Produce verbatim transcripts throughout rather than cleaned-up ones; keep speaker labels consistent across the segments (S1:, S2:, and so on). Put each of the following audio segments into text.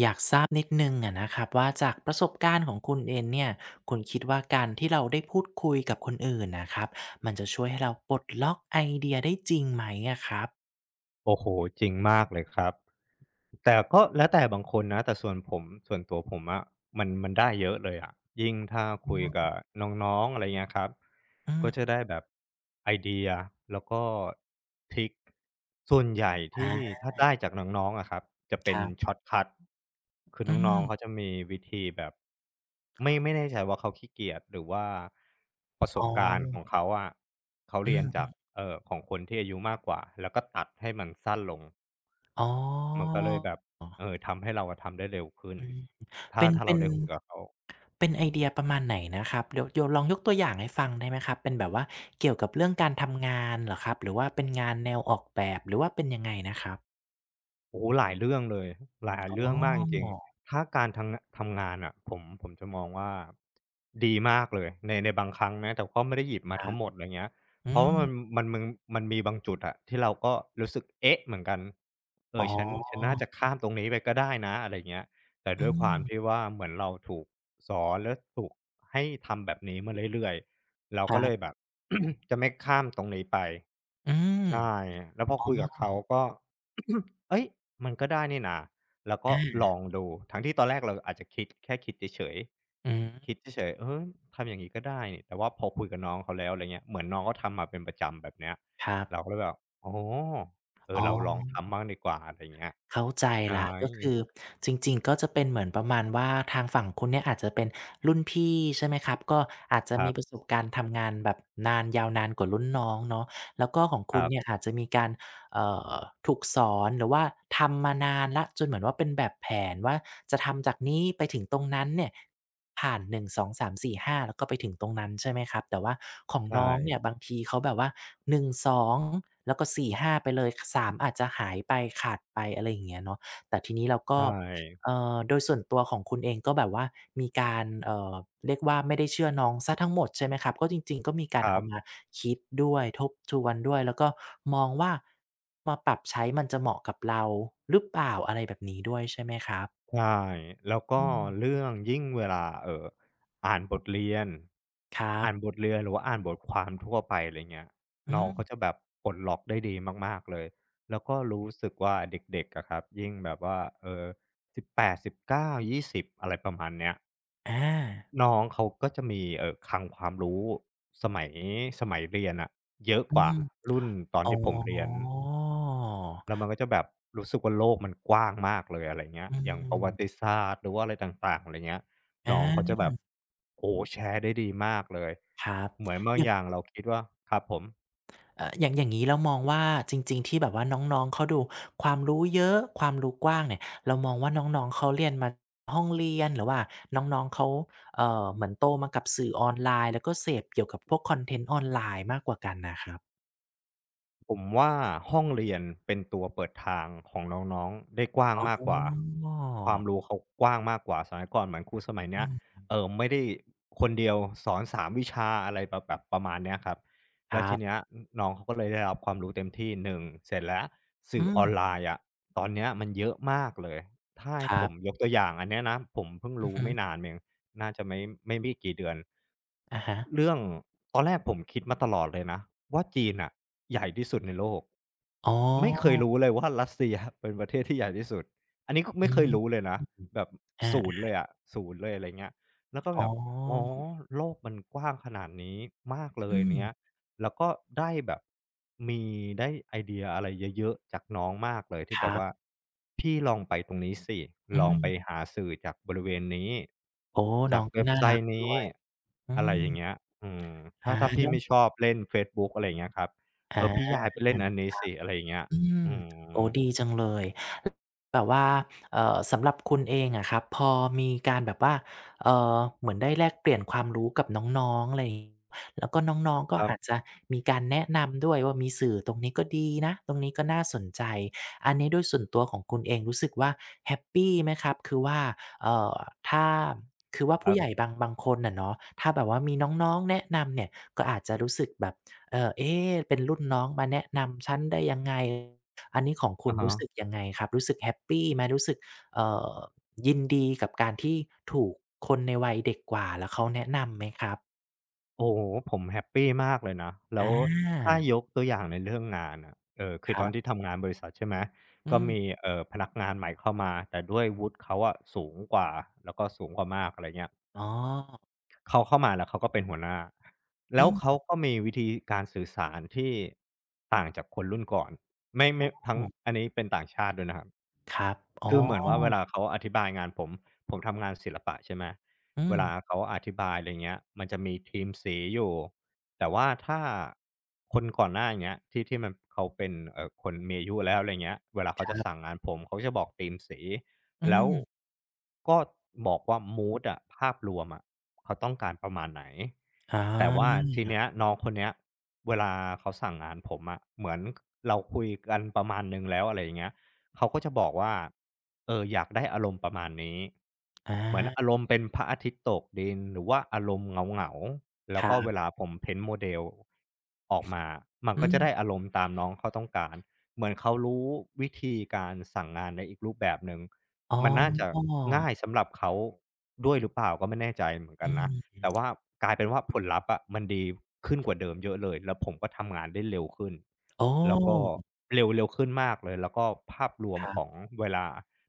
S1: อยากทราบนิดหนึ่งอะนะครับว่าจากประสบการณ์ของคุณเองเนี่ยคุณคิดว่าการที่เราได้พูดคุยกับคนอื่นนะครับมันจะช่วยให้เราปลดล็อกไอเดียได้จริงไหมอะครับ
S2: โอ้โหจริงมากเลยครับแต่ก็แล้วแต่บางคนนะแต่ส่วนผมส่วนตัวผมอะมันมันได้เยอะเลยอะยิ่งถ้า
S1: อื
S2: คุยกับ
S1: ม
S2: น้องๆอะไรเงี้ยครับ
S1: อ
S2: ก็จะ
S1: ม
S2: ได้แบบไอเดียแล้วก็ทริกส่วนใหญ่
S1: อ่
S2: ที่
S1: า
S2: ถ้าได้จากน้องๆอะครับจะ
S1: ค
S2: เป็น
S1: รับ
S2: ช็อร์ตคัตคือ
S1: อื
S2: น้องๆเขา
S1: ม
S2: จะมีวิธีแบบไม่ไม่แน่ใจว่าเขาขี้เกียจหรือว่าประส
S1: อ๋อ
S2: บการณ์ของเขาอะเขา
S1: อื
S2: เรีย
S1: ม
S2: น
S1: อม
S2: จากเอ่อของคนที่อายุมากกว่าแล้วก็ตัดให้มันสั้นลง
S1: อ๋อ
S2: มันก็เลยแบบเออทำให้เราอะทำได้เร็วขึ้น
S1: อืม
S2: ถ้า
S1: เป็น
S2: ถ้า
S1: เป็
S2: เรา
S1: น
S2: ได้คุยกับเขา
S1: เป็นไอเดียประมาณไหนนะครับเดี๋ยวเดี๋ยวลองยกตัวอย่างให้ฟังได้ไหมครับเป็นแบบว่าเกี่ยวกับเรื่องการทำงานเหรอครับหรือว่าเป็นงานแนวออกแบบหรือว่าเป็นยังไงนะครับ
S2: โอ้โหหลายเรื่องเลยหลาย
S1: อ๋
S2: เรื่องมากจริ
S1: อ
S2: งๆถ้าการทำงะทำงานน่ะผมผมจะมองว่าดีมากเลยในในบางครั้งนะแต่ก็ไม่ได้หยิบมาทั้งหมดไรเงี้ย
S1: อื
S2: เพราะว่ามัน
S1: ม
S2: มันมึงมันมีบางจุดอะที่เราก็รู้สึกเอ๊ะเหมือนกันเอ
S1: อ๋
S2: อฉันฉันน่า
S1: อ
S2: จะข้ามตรงนี้ไปก็ได้นะอะไรเงี้ยแต่
S1: อื
S2: ด้วยควา
S1: ม
S2: มที่ว่าเหมือนเราถูกสอนและถูกให้ทำแบบนี้มาเรื่อยๆเรา
S1: ค
S2: ก็
S1: รั
S2: เลยแบ
S1: บ
S2: บ จะไม่ข้ามตรงนี้ไป
S1: อืม
S2: ใช่แล้วพอ
S1: อ๋อ
S2: คุยกับเขาก็ เอ้ยมันก็ได้นี่นะแล้วก็
S1: อา
S2: ลองดูทั้งที่ตอนแรกเราอาจจะคิดแค่คิดเฉย
S1: อืม
S2: ๆคิดเฉยๆเออทำอย่างนี้ก็ได้นี่แต่ว่าพอคุยกับน้องเขาแล้วอะไรเงี้ยเหมือนน้องเขาทำมาเป็นประจำแบบเนี้ย
S1: ครับ
S2: เราก็เลยแบบโอ้เอ
S1: อ๋
S2: อ
S1: อ
S2: เราลองทำบ้างดีกว่าอะไรเงี้ย
S1: เข้าใจแล้ว
S2: ใช่
S1: ก็คือจริงๆ ก็จะเป็นเหมือนประมาณว่าทางฝั่งคุณเนี่ยอาจจะเป็นรุ่นพี่ใช่ไหมครับ ก็อาจจะ
S2: ครั
S1: มีประส
S2: บ
S1: บการณ์ทำงานแบบนานยาวนานกว่ารุ่นน้องเนาะแล้วก็ของ
S2: ค
S1: คุณ
S2: รั
S1: เนี่ย
S2: บ
S1: อาจจะมีการ เอ่อถูกสอนหรือว่าทำมานานแล้วจนเหมือนว่าเป็นแบบแผนว่าจะทำจากนี้ไปถึงตรงนั้นเนี่ยผ่านหนึ่ง สอง สาม สี่ ห้าแล้วก็ไปถึงตรงนั้นใช่ไหมครับแต่ว่าของ
S2: ใช่
S1: น้องเนี่ยบางทีเขาแบบว่าหนึ่ง สองแล้วก็สี่ ห้าไปเลยสามอาจจะหายไปขาดไปอะไรอย่างเงี้ยเนาะแต่ทีนี้เราก็
S2: ใช่
S1: เอ่อโดยส่วนตัวของคุณเองก็แบบว่ามีการเอ่อเรียกว่าไม่ได้เชื่อน้องเสียทั้งหมดใช่ไหมครับก็จริงๆก็มีกา
S2: ค
S1: ร
S2: รั
S1: เอามา
S2: บ
S1: คิดด้วยทบทวนด้วยแล้วก็มองว่ามาปรับใช้มันจะเหมาะกับเราหรือเปล่าอะไรแบบนี้ด้วยใช่ไหมครับ
S2: ใช่แล้วก็
S1: อืม
S2: เรื่องยิ่งเวลาเอ่ออ่านบทเรียน
S1: ครั
S2: อ่านบ
S1: บ
S2: ทเรียนหรือว่าอ่านบทความทั่วไปอะไรเงี้ย
S1: อื
S2: น้อง
S1: ม
S2: เขาจะแบบปลดล็อกได้ดีมากๆเลยแล้วก็รู้สึกว่าเด็กๆอะครับยิ่งแบบว่าเอ่อ สิบแปด, สิบเก้า, ยี่สิบอะไรประมาณเนี้ย
S1: อา
S2: น้องเขาก็จะมีเอ่อคลังความรู้สมัยสมัยเรียนอะเยอะ
S1: อื
S2: ก
S1: ม
S2: ว่ารุ่นตอน
S1: อ๋อ
S2: ที่ผมเรียน แล้วมันก็จะแบบรู้สึกว่าโลกมันกว้างมากเลยอะไรเงี้ย
S1: อื
S2: อย่างประวัติ
S1: ม
S2: ศาสตร์หรือว่าอะไรต่างๆอะไรเงี้ยน้องเขา
S1: อา
S2: จะแบบโอ้โฮแชร์ได้ดีมากเลย
S1: ครับ
S2: เหมือนบางอย่างเราคิดว่าครับผม
S1: เอ่ออย่างอย่างงี้เรามองว่าจริงๆที่แบบว่าน้องๆเขาดูความรู้เยอะความรู้กว้างเนี่ยเรามองว่าน้องๆเขาเรียนมาห้องเรียนหรือว่าน้องๆเขาเอ่อเหมือนโตมากับสื่อออนไลน์แล้วก็เสพเกี่ยวกับพวกคอนเทนต์ออนไลน์มากกว่ากันน่ะครับ
S2: ผมว่าห้องเรียนเป็นตัวเปิดทางของน้องๆได้กว้าง
S1: อ๋
S2: มากกว่าความรู้
S1: อ
S2: เขากว้างมากกว่าสมัยก่อนเหมือนครูสมัยเนี้ย
S1: อืม
S2: เออไม่ได้คนเดียวสอนสามวิชาอะไรแบบแบบประมาณเนี้ยครับ
S1: ค
S2: แล้ว
S1: รั
S2: ที
S1: บ
S2: เนี้ยนน้องเขาก็เลยได้รับความรู้เต็มที่หนึ่งเสร็จแล้วสื่อ
S1: อื
S2: อ
S1: ม
S2: อนไลน์อะตอนเนี้ยมันเยอะมากเลยถ้า
S1: ค
S2: ให้
S1: รั
S2: ผม
S1: บ
S2: ยกตัวอย่างอันเนี้ยนะผมเพิ่ง
S1: อือ
S2: รู้
S1: ฮึ
S2: ไม่นานมเอง น่าจะไม่ไม่ไม่กี่เดือน
S1: อะฮะ
S2: เรื่องตอนแรกผมคิดมาตลอดเลยนะว่าจีนอ่ะใหญ่ที่สุดในโลก
S1: อ๋
S2: ไม่เคย
S1: อ
S2: รู้เลยว่ารัสเซีย เป็นประเทศที่ใหญ่ที่สุดอันนี้ก็
S1: อื
S2: ไม่เคยรู้
S1: ม
S2: เลยนะแบบ
S1: อา
S2: ศูนย์เลยอะศูนย์เลยอะไรเงี้ยแล้วก็
S1: ๆอ๋อ
S2: แบบอ๋อโลกมันกว้างขนาดนี้มากเล
S1: อื
S2: ย
S1: ม
S2: เนี้ย แล้วก็ได้แบบมีได้ไอเดียอะไรเยอะๆจากน้องมากเลยที่
S1: ค
S2: แบ
S1: รั
S2: บว่า
S1: บ
S2: พี่ลองไปตรงนี้สิ
S1: อื
S2: ลองไป
S1: ม
S2: หาสื่อจากบริเวณนี้
S1: โอ้น้
S2: จา
S1: อ
S2: ก
S1: งก็
S2: เว็บ
S1: น่า
S2: ไซ
S1: รัก
S2: ต์
S1: ด้
S2: นี้
S1: วยอื
S2: อะไร
S1: ม
S2: อย่างเงี้ยอืม
S1: อา
S2: ถ้าถ้าพี่
S1: แล้ว
S2: ไม่ชอบเล่นเฟซบุ๊กอะไรอย่างเงี้ยครับเออพี่
S1: อา
S2: ย้ายไปเล่นอันนี้สิอะไรอย่างเงี้ย
S1: อืม
S2: อืม
S1: โอ้ดีจังเลยแบบว่าเอ่อสำหรับคุณเองอะครับพอมีการแบบว่าเอ่อเหมือนได้แลกเปลี่ยนความรู้กับน้องๆอะไรแล้วก็น้องๆก็
S2: ครั
S1: อาจ
S2: บ
S1: จะมีการแนะนำด้วยว่ามีสื่อตรงนี้ก็ดีนะตรงนี้ก็น่าสนใจอันนี้โดยส่วนตัวของคุณเองรู้สึกว่าแฮปปีไหมครับคือว่าเอ่อถ้าคือว่าผู้ใหญ่บางบางคนอะเนาะถ้าแบบว่ามีน้องๆแนะนำเนี่ยก็อาจจะรู้สึกแบบ เอ่อเอ๊ะเป็นรุ่นน้องมาแนะนำฉันได้ยังไงอันนี้ของ
S2: ๆ
S1: คุณ
S2: อะฮะ
S1: รู้สึกยังไงครับรู้สึกแฮปปีไหมรู้สึกเอ่อยินดีกับการที่ถูกคนในวัยเด็กกว่าแล้วเขาแนะนำไหมครับ
S2: โอ้โฮผมแฮปปีมากเลยนะแล้
S1: อา
S2: วถ้ายกตัวอย่างในเรื่องงานอะเอ่อคื
S1: ค
S2: อต
S1: รั
S2: อนที่
S1: บ
S2: ทำงานบริษัทใช่ไหม
S1: อื
S2: ก็มี
S1: ม
S2: เอ่อพนักงานใหม่เข้ามาแต่ด้วยวุฒิเขาอะสูงกว่าแล้วก็สูงกว่ามากอะไรเงี้ย
S1: อ๋อ
S2: เขาเข้ามาแล้วเขาก็เป็นหัวหน้าแล้วเขา
S1: อืม
S2: ก็มีวิธีการสื่อสารที่ต่างจากคนรุ่นก่อนไม่ไม่ทั้ง
S1: โอ้
S2: อันนี้เป็นต่างชาติด้วยนะครับ
S1: ครับอ๋อ
S2: คือเหมือนว่าเวลาเขาอธิบายงานผมผมทำงานศิลปะใช่ไหม
S1: อื
S2: เว
S1: ม
S2: ลาเขาอธิบายอะไรเงี้ยมันจะมีทีมสีอยู่แต่ว่าถ้าคนก่อนหน้าอย่างเงี้ยที่ที่มันเขาเป็นเอ่อคนมีอายุแล้วอะไรเงี้ยเวลาเขา
S1: ค
S2: จะ
S1: รั
S2: สั่ง
S1: บ
S2: งานผมเขาจะบอกธีมสี
S1: อื
S2: แล้ว
S1: ม
S2: ก็บอกว่ามูดอะภาพรวมอะเขาต้องการประมาณไหนแต่
S1: อา
S2: ว่าทีเนี้ยน้องคนเนี้ยเวลาเขาสั่งงานผมอะเหมือนเราคุยกันประมาณหนึ่งแล้วอะไรอย่างเงี้ยเขาก็จะบอกว่า เอออยากได้อารมณ์ประมาณนี้
S1: อา
S2: เหมือนอารมณ์เป็นพระอาทิตย์ตกดินหรือว่าอารมณ์เหงาๆแล้
S1: ค
S2: ว
S1: รั
S2: ก็เว
S1: บ
S2: ลาผมเพนต์โมเดลออกมามัน
S1: อื
S2: ก็จะได้
S1: ม
S2: อารมณ์ตามน้องเขาต้องการเหมือนเขารู้วิธีการสั่งงานในอีกรูปแบบหนึ่ง
S1: อ๋
S2: มันน่าจะ
S1: อ
S2: ง่ายสำหรับเขาด้วยหรือเปล่าก็ไม่แน่ใจเหมือนกั
S1: อื
S2: นนะ
S1: ม
S2: แต่ว่ากลายเป็นว่าผลลัพธ์อะมันดีขึ้นกว่าเดิมเยอะเลยแล้วผมก็ทำงานได้เร็วขึ้น
S1: โอ
S2: แล้วก็
S1: ้
S2: เร็วเร็วขึ้นมากเลยแล้วก็ภาพรวม
S1: ครั
S2: ของ
S1: บ
S2: เวลา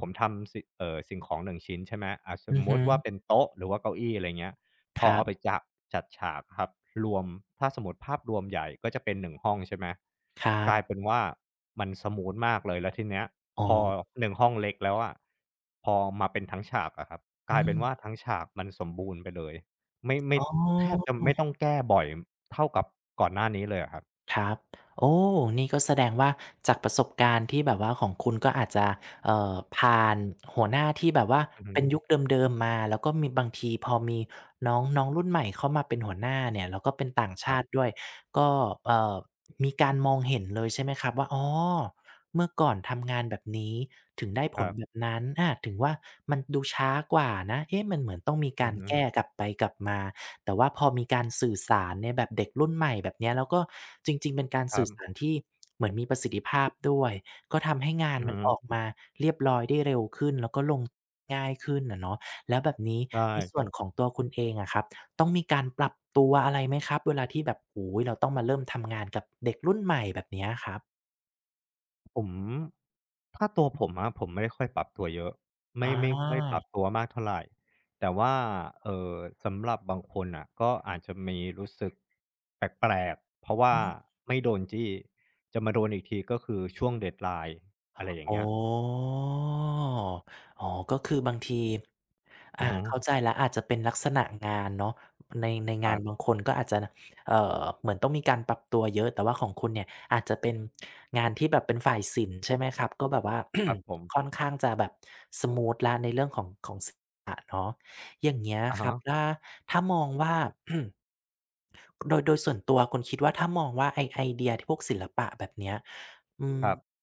S2: ผมทำสิเอ่อสิ่งของหนึ่งชิ้นใช่ไหมอ่าส
S1: อื
S2: ม
S1: อ
S2: มุ
S1: ฮึ
S2: ติว่าเป็นโต๊ะหรือว่าเก้าอี้อะไรเงี้ย
S1: ค
S2: พอ
S1: รั
S2: เอาไป
S1: บ
S2: จะจัดฉากอะครับรวมถ้าสมมุติภาพรวมใหญ่ก็จะเป็นหนึ่งห้องใช่ไหม
S1: ครั
S2: ก
S1: บ
S2: ลายเป็นว่ามันสมูทมากเลยแล้วทีเนี้ย
S1: อ๋อ
S2: พอหนึ่งห้องเล็กแล้วอะพอมาเป็นทั้งฉากอะครับก
S1: อื
S2: ลายเป็นว่า
S1: ม
S2: ทั้งฉากมันสมบูรณ์ไปเลย ไม่ไม่
S1: อ๋
S2: แทบ
S1: อ
S2: จะไม่ต้องแก้บ่อยเท่ากับก่อนหน้านี้เลยอะครับ
S1: ครับโอ้นี่ก็แสดงว่าจากประสบการณ์ที่แบบว่าของคุณก็อาจจะเอ่อผ่านหัวหน้าที่แบบว่า
S2: อือฮึ
S1: เป็นยุคเดิมๆมาแล้วก็มีบางทีพอมีน้องน้องรุ่นใหม่เข้ามาเป็นหัวหน้าเนี่ยแล้วก็เป็นต่าง
S2: ค
S1: ชา
S2: รั
S1: ติ
S2: บ
S1: ด้วยก็เอ่อมีการมองเห็นเลยใช่ไหมครับว่าอ๋อเมื่อก่อนทำงานแบบนี้ถึงได้ผ
S2: ครั
S1: ลแบบ
S2: บ
S1: นั้นอาถึงว่ามันดูช้ากว่านะเอ๊ะมันเหมือนต้องมี
S2: อื
S1: กา
S2: อ
S1: ร
S2: ฮึ
S1: แก้กลับไปกลับมา แต่ว่าพอมีการสื่อสารในแบบเด็กรุ่นใหม่แบบเนี้ยแล้วก็จริงๆเป็นการ
S2: ครั
S1: สื่อสาร
S2: บ
S1: ที่เหมือนมีประสิทธิภาพด้วยก็ทำให้งาน
S2: อือ
S1: มันออก
S2: ฮึ
S1: มาเรียบร้อยได้เร็วขึ้นแล้วก็ลงง่ายขึ้นอะเนาะแล้วแบบนี้
S2: ใช
S1: ในส่วน
S2: ่
S1: ของตัวคุณเองอะครับต้องมีการปรับตัวอะไรไหมครับเวลาที่แบบโอ้โฮเราต้องมาเริ่มทำงานกับเด็กรุ่นใหม่แบบเนี้ยครับ
S2: ผมถ้าตัวผมอะผมไม่ได้ค่อยปรับตัวเยอะไม่
S1: อา
S2: ไม่ค่อยปรับตัวมากเท่าไรแต่ว่าเอ่อสำหรับบางคนน่ะก็อาจจะมีรู้สึกแปลกๆเพราะว่า
S1: อืม
S2: ไม่โดนจี้จะมาโดนอีกทีก็คือช่วง deadline อะไรอย่าง
S1: อ๋อ
S2: เงี้ย
S1: อ๋อก็คือบางที
S2: อื
S1: อา
S2: อฮึ
S1: เข้าใจแล้วอาจจะเป็นลักษณะงานเนาะในใน
S2: ค
S1: งาน
S2: รั
S1: บา
S2: บ
S1: งคนก็อาจจะเอ่อเหมือนต้องมีการปรับตัวเยอะ แต่ว่าของคุณเนี่ยอาจจะเป็นงานที่แบบเป็นฝ่ายศิลป์ใช่ไหมครับ ก็แบบว่า
S2: ครับผม
S1: ค่อนข้างจะแบบ สมูทแล้วในเรื่องของของศิลปะเนาะ อย่างเงี้ย
S2: อะ
S1: ครั
S2: ฮะ
S1: บถ้าถ้ามองว่า โดยโดยส่วนตัวคุณคิดว่าถ้ามองว่าไอ้ไอเดียที่พวกศิลปะแบบเนี้ยอืม
S2: ครับ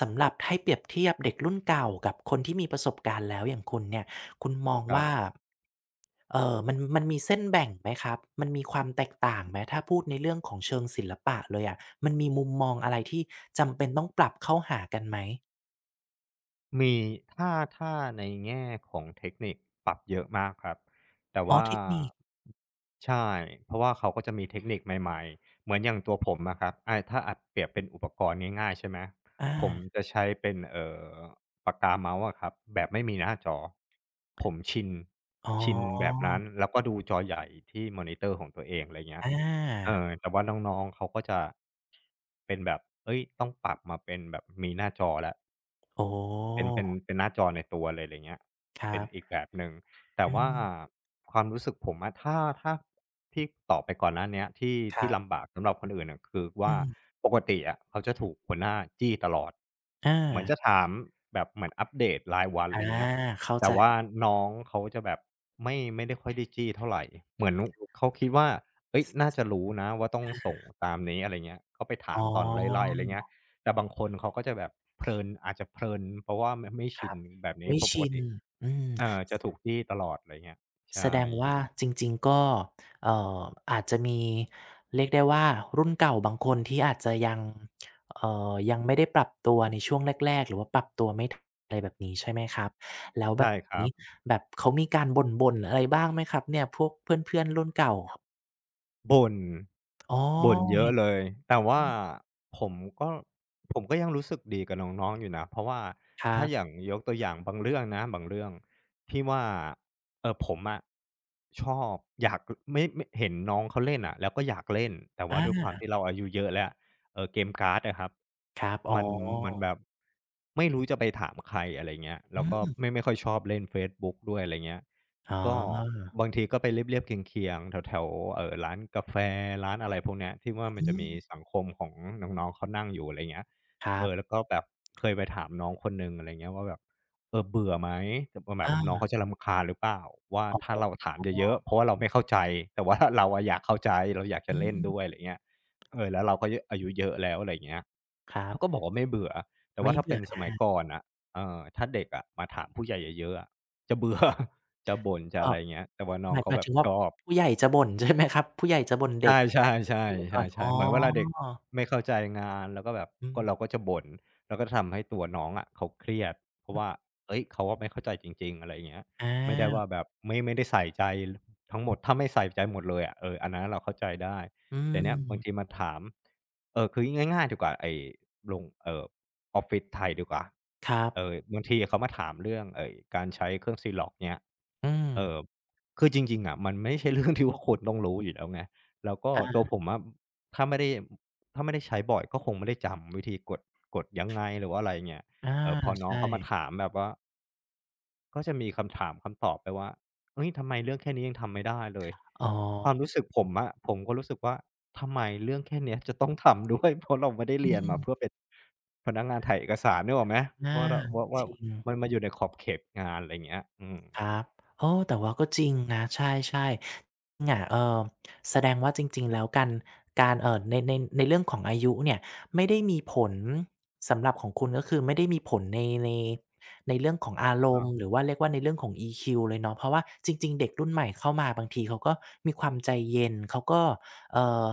S1: สำหรับให้เปรียบเทียบเด็กรุ่นเก่ากับคนที่มีประสบการณ์แล้วอย่างคุณเนี่ยคุณมอง
S2: ครั
S1: ว่า
S2: บ
S1: เอ่อมันมันมีเส้นแบ่งไหมครับมันมีความแตกต่างไหมถ้าพูดในเรื่องของเชิงศิลปะเลยอะมันมีมุมมองอะไรที่จำเป็นต้องปรับเข้าหากันไหม
S2: มีถ้าถ้าในแง่ของเทคนิคปรับเยอะมากครับแต่
S1: อ๋อ
S2: ว่า
S1: เทคนิค
S2: ใช่เพราะว่าเขาก็จะมีเทคนิคใหม่ๆเหมือนอย่างตัวผมอะครับอาถ้าอะเปรียบเป็นอุปกรณ์ง่ายๆใช่ไหม
S1: อา
S2: ผมจะใช้เป็นเอ่อปากกาเมาส์อะครับแบบไม่มีหน้าจอผมชิน
S1: อ๋
S2: ชินแบบ
S1: อ
S2: นั้นแล้วก็ดูจอใหญ่ที่มอนิเตอร์ของตัวเองอะไรเงี้ย
S1: อ
S2: เอ
S1: า
S2: อแต่ว่าน้องๆเขาก็จะเป็นแบบเฮ้ยต้องปรับมาเป็นแบบมีหน้าจอแล้ว
S1: โอ้
S2: เป็นเป็นเป็นหน้าจอในตัวเลยไรเงี้ย
S1: ครั
S2: เป็น
S1: บ
S2: อีกแบบหนึ่ง แต่
S1: อื
S2: ว่า
S1: ม
S2: ความรู้สึกผมอะถ้าถ้าที่ตอบไปก่อนหน้าเนี้ยที่
S1: ครั
S2: ที่
S1: บ
S2: ลำบากสำหรับคนอื่นน่ะคือ
S1: อื
S2: ว่า
S1: ม
S2: ปกติอะเขาจะถูกหัวหน้าจี้ตลอด
S1: อา
S2: เหมือนจะถามแบบเหมือนอัปเดตรายวัน
S1: อา
S2: ไรเงี้ย
S1: เข้า
S2: แต่
S1: ใจ
S2: ว่าน้องเขาจะแบบไม่ไม่ได้ค่อยได้จี้เท่าไรเหมือนเขาคิดว่าเฮ้ยน่าจะรู้นะว่าต้องส่งตามนี้อะไรเงี้ยก็ไปถา
S1: อ๋
S2: มตอนไล่
S1: อ
S2: ๆไรเงี้ย แต่บางคนเขาก็จะแบบเพลินอาจจะเพลินเพราะว่าไมไม่
S1: ค
S2: ชิ
S1: รั
S2: น
S1: บ
S2: แบบนี้
S1: ไม่
S2: เพราะปก
S1: ชิน
S2: ติ
S1: อืม
S2: เอ่อจะถูกจี้ตลอดอะไรเงี้ย
S1: แส
S2: ใช่
S1: ดงว่าจริงๆ ก็เอ่ออาจจะมีเรียกได้ว่ารุ่นเก่าบางคนที่อาจจะยังเอ่อยังไม่ได้ปรับตัวในช่วงแรกๆหรือว่าปรับตัวไม่ทันอะไรแบบนี้ใช่ไหมครับแล้วแบ
S2: ใช่
S1: บ
S2: ครั
S1: นี้
S2: บ
S1: แบบเขามีการบ่นๆอะไรบ้างไหมครับเนี่ยพวกเพื่อนๆรุ่นเก่า
S2: บ่น
S1: อ๋อ
S2: บ่นเย
S1: เห็
S2: อะ
S1: น
S2: เลยแต่ว่าผมก็ผมก็ยังรู้สึกดีกับน้องๆอยู่นะเพราะว่า
S1: ครั
S2: ถ้าอย่าง
S1: บ
S2: ยกตัวอย่างบางเรื่องนะบางเรื่องที่ว่าเอ่อผมอะชอบอยากไม่ไม่เห็นน้องเขาเล่นอะแล้วก็อยากเล่นแต่ว่าด้วยค
S1: อา
S2: วามที่เราอายุเยอะแล้ว เอ่อเกมการ์ดอะครับ
S1: ครับอ๋อ
S2: มันมันแบบไม่รู้จะไปถามใครอะไรเงี้ย
S1: อื
S2: แล้วก็
S1: ม
S2: ไม่ไม่ค่อยชอบเล่นเฟซบุ๊กด้วยอะไรเงี้ย
S1: อ๋
S2: ก็
S1: อ
S2: บางทีก็ไปเรียบๆเคียงๆแถวๆเอ่อร้านกาแฟร้านอะไรพวกเนี้ยที่ว่ามัน
S1: อื
S2: จะมี
S1: ม
S2: สังคมของน้องๆเขานั่งอยู่อะไรเงี้ย
S1: ครั
S2: เอ
S1: บ
S2: อแล้วก็แบบเคยไปถามน้องคนหนึ่งอะไรเงี้ยว่าแบบเออเบื่อไหมแต่ว่าแบบน้อง
S1: อา
S2: เขาจะรำคาญหรือเปล่าว่าถ้าเราถาม
S1: อ๋อ
S2: เยอะๆเพราะว่าเราไม่เข้าใจแต่ว่า เราอะอยากเข้าใจเราอยาก
S1: อื
S2: จะเล่น
S1: ม
S2: ด้วยอะไรเงี้ย เออแล้วเราก็เยอะอายุเยอะแล้วอะไรอย่างเงี้ย
S1: ครับ
S2: เขาก็บอกว่าไม่เบื่อแต่
S1: ไม่
S2: ว่าถ้า
S1: เบื่
S2: เป็
S1: อ
S2: น
S1: ห
S2: ส
S1: น้า
S2: มัยก่อนน่ะเออถ้าเด็กอะมาถามผู้ใหญ่เยอะๆอะจะเบื่อ จะบ่นจะ
S1: อ้อ
S2: อะไรอย่างเงี้ยแต่ว่าน้
S1: ห
S2: อง
S1: มายห
S2: เขา
S1: มาย
S2: แบ
S1: ถึ
S2: บ
S1: งว่า
S2: ชอบ
S1: ผู้ใหญ่จะบ่น ใช่ไหมครับผู้ใหญ่จะบ่นเด็ก
S2: ใช่ๆ่
S1: ใช่ไหม
S2: ใช่
S1: ถ้าเป็น
S2: ใช่
S1: สมัยก่อนอ๋อ
S2: ใช่เหมือนเวลาเด็กไม่เข้าใจงานแล้วก็แบบ
S1: อื
S2: ก็เรา
S1: ม
S2: ก็จะบ่นแล้วก็ทำให้ตัวน้องอะเขาเครียดเพ
S1: อื
S2: ราะว่า
S1: อ
S2: เฮ้ยเขาอะไม่เข้าใจจริงๆอะไรอย่างเงี้ย
S1: อ
S2: ไม่ได้ว่า
S1: า
S2: แบบไม่ไม่ได้ใส่ใจลทั้งหมดถ้าไม่ใส่ใจหมดเลยอะเอออันนั้นเราเข้าใจได้
S1: อื
S2: แต่
S1: ม
S2: เนี้ยบางทีมาถามเออคือง่ายๆดีกว่าไอ้ลงเอ่อออฟฟิศไทยดีกว่า
S1: ครับ
S2: เออบางทีเขามาถามเรื่องเออการใช้เครื่อง Xerox เงี้ย
S1: อืม
S2: เอ่อคือจริงๆอะมันไม่ใช่ เรื่องที่ว่าคนต้องรู้อยู่แล้วไง แล้วก็
S1: อา
S2: ตัวผมอะถ้าไม่ได้ถ้าไม่ได้ใช้บ่อยก็คงไม่ได้จำวิธีกดกดยังไงหรือว่าอะไรเงี้ย
S1: อา
S2: เอ่อพอ
S1: ใช
S2: น้องเขามา
S1: ่
S2: ถามแบบว่าก็จะมีคำถามคำตอบไปว่าเฮ้ยทำไมเรื่องแค่นี้ยังทำไม่ได้เลย
S1: อ๋อ
S2: ความรู้สึกผมอะผมก็รู้สึกว่าทำไมเรื่องแค่เนี้ยจะต้องทำด้วย เพราะเราไม่ได้
S1: อื
S2: เรียนมาเพื่อ
S1: ม
S2: เป็นพนักงานถ่ายเอกสารนึกออกไหม
S1: อา
S2: ว่าเราว่า
S1: จ
S2: ว่า
S1: ริง
S2: มันมาอยู่ในขอบเขตงานอะไรเงี้ยอื
S1: ค
S2: ม
S1: รับเออแต่ว่าก็จริงนะใช่ๆ เนี่ยเอ่อแสดงว่าจริงๆ แล้วกัน การเอ่อในในในเรื่องของอายุเนี่ยไม่ได้มีผลสำหรับของคุณก็คือไม่ได้มีผลในในในเรื่องของอาร
S2: อะ
S1: ม
S2: ฮะ
S1: ณ์หรือว่าเรียกว่าในเรื่องของ อี คิว เลยเนาะเพราะว่าจริงๆเด็กรุ่นใหม่เข้ามาบางทีเขาก็มีความใจเย็นเขาก็เอ่อ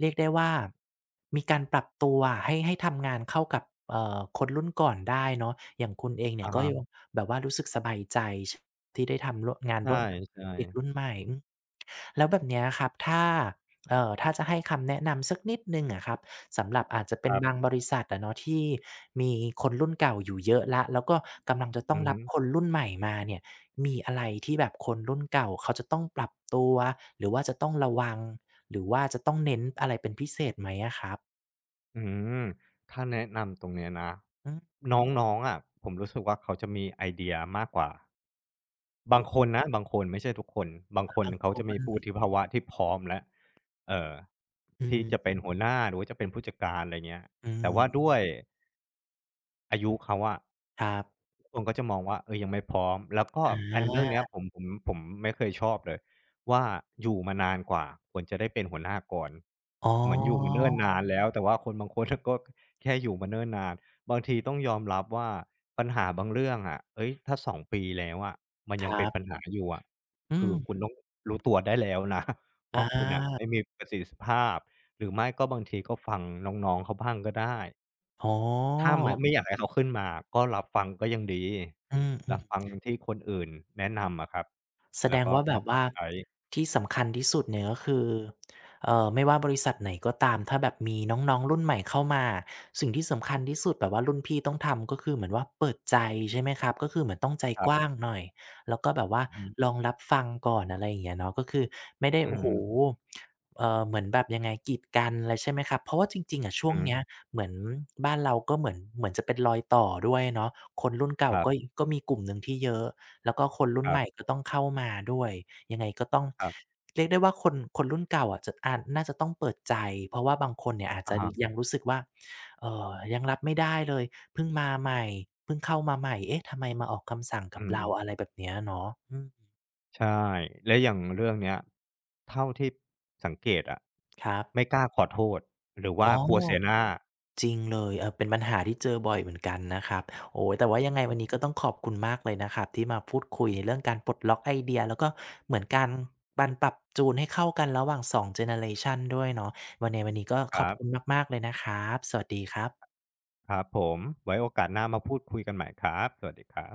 S1: เรียกได้ว่ามีการปรับตัวให้ให้ทำงานเข้ากับเอ่อคนรุ่นก่อนได้เนาะอย่างคุณเองเนี่ย
S2: อะ
S1: ก็ยัง
S2: ฮะ
S1: แบบว่ารู้สึกสบายใจที่ได้ทำร่วมงาน
S2: ใช
S1: ร่วมกับ
S2: ่
S1: เด็กรุ่น
S2: ๆ
S1: ใหม่ แล้วแบบเนี้ยครับถ้าเอ่อถ้าจะให้คำแนะนำสักนิดหนึ่งอะครับสำหรับอาจจะเป็
S2: ค
S1: น
S2: รั
S1: บาง
S2: บ
S1: บริษัทอะเนาะที่มีคนรุ่นเก่าอยู่เยอะแล้วแล้วก็กำลังจะต้อ
S2: อื
S1: ง
S2: อ
S1: รั
S2: ฮึ
S1: บคนรุ่นใหม่มาเนี่ยมีอะไรที่แบบคนรุ่นเก่าเขาจะต้องปรับตัวหรือว่าจะต้องระวังหรือว่าจะต้องเน้นอะไรเป็นพิเศษไหมอะครับ
S2: อืมถ้าแนะนำตรงเนี้ยนะ
S1: อืม
S2: อน้องๆอะผมรู้สึกว่าเขาจะมีไอเดียมากกว่า
S1: อ๋
S2: บาง
S1: อ
S2: คนนะบางคนไม่ใช่ทุกคนบางคน
S1: บางค
S2: เขาจะ
S1: น
S2: มีวุฒิภาวะที่พร้อมแล้วเอ่อ
S1: อื
S2: ที่
S1: ม
S2: จะเป็นหัวหน้าหรือว่าจะเป็นผู้จัดการอะไรเงี้ย
S1: อื
S2: แต่ว่า
S1: ม
S2: ด้วย อายุเขาอะ
S1: ครับ
S2: ทุกคนก็จะมองว่าเออยังไม่พร้อมแล้วก็
S1: อ
S2: อันเรื่องเนี้ย
S1: า
S2: ผมผมผมไม่เคยชอบเลยว่าอยู่มานานกว่าควรจะได้เป็นหัวหน้าก่อน
S1: อ๋อ
S2: เหมือนอยู่มาเนิ่นนานแล้วแต่ว่าคนบางคนก็แค่อยู่มาเนิ่นนานบางทีต้องยอมรับว่าปัญหาบางเรื่องอะเฮ้ยถ้าสองปีแล้วอะมัน
S1: ค
S2: ยัง
S1: รั
S2: เป็นปัญ
S1: บ
S2: หาอยู่อะ
S1: อื
S2: คือคุณ
S1: ม
S2: ต้องรู้ตัวได้แล้วนะ
S1: อ
S2: ว่าคุณน่ะ
S1: า
S2: ไม่มีประสิทธิภาพหรือไม่ก็บางทีก็ฟังน้องๆเขาบ้างก็ได้
S1: อ๋อ
S2: ถ้าไม่ไม่อยากให้เขาขึ้นมาก็รับฟังก็ยังดี
S1: อื
S2: รับฟัง
S1: ม
S2: ที่คนอื่นแนะนำอะครับ
S1: แสด
S2: แล้ว
S1: ง
S2: ก็
S1: ว่าแบ
S2: มา
S1: บ
S2: ปรั
S1: ว่า
S2: บใช้
S1: ที่สำคัญที่สุดเนี่ยก็คือเอ่อไม่ว่าบริษัทไหนก็ตามถ้าแบบมีน้องๆรุ่นใหม่เข้ามาสิ่งที่สำคัญที่สุดแบบว่ารุ่นพี่ต้องทำก็คือเหมือนว่าเปิดใจใช่ไหมครับก็คือเหมือนต้องใจ
S2: ครั
S1: กว้า
S2: บ
S1: งหน่อยแล้วก็แบบว่า
S2: อือ
S1: ล
S2: ฮึ
S1: องรับฟังก่อนอะไรอย่างเงี้ยเนาะก็คือไม่ได้
S2: อือ
S1: โอ้โฮ
S2: ฮึ
S1: เอ่อเหมือนแบบยังไงกีดกันอะไรใช่ไหมครับเพราะว่าจริงๆอะช่ว
S2: อื
S1: ง
S2: อฮึ
S1: เนี้ยเหมือนบ้านเราก็เหมือนเหมือนจะเป็นรอยต่อด้วยเนาะคนรุ่นเก่า
S2: ครั
S1: ก็
S2: บ
S1: ก็มีกลุ่มหนึ่งที่เยอะ แล้วก็คนรุ่
S2: ค
S1: น
S2: รั
S1: ใหม่
S2: บ
S1: ก็ต้องเข้ามาด้วย ยังไงก็ต้อง
S2: ครับ
S1: เรียกได้ว่าคนคนรุ่นเก่าอะจะอาจน่าจะต้องเปิดใจเพราะว่าบางคนเนี่ยอาจ
S2: อะ
S1: จะ
S2: ฮะ
S1: ยังรู้สึกว่าเอ่อยังรับไม่ได้เลยเพิ่งมาใหม่เพิ่งเข้ามาใหม่เอ๊ะทำไมมาออกคำสั่งกั
S2: อื
S1: บ
S2: ม
S1: เราอะไรแบบเนี้ยเนาะอืม
S2: ๆใช่แล้วอย่างเรื่องเนี้ยเท่าที่สังเกตอะ
S1: ครับ
S2: ไม่กล้าขอโทษหรือ
S1: อ๋
S2: ว่า
S1: อ
S2: กลัวเสียหน้า
S1: จริงเลยเออเป็นปัญหาที่เจอบ่อยเหมือนกันนะครับ โอ้โฮแต่ว่ายังไงวันนี้ก็ต้องขอบคุณมากเลยนะครับที่มาพูดคุยในเรื่องการปลดล็อกไอเดียแล้วก็เหมือนการการปรับจูนให้เข้ากันระหว่างสองเจเนอเรชันด้วยเนาะวันในวันนี้ก็
S2: ค
S1: ขอบ
S2: รั
S1: คุณ
S2: บ
S1: มากๆเลยนะครับ สวัสดีครับ
S2: ครับผมไว้โอกาสหน้ามาพูดคุยกันใหม่ครับสวัสดีครับ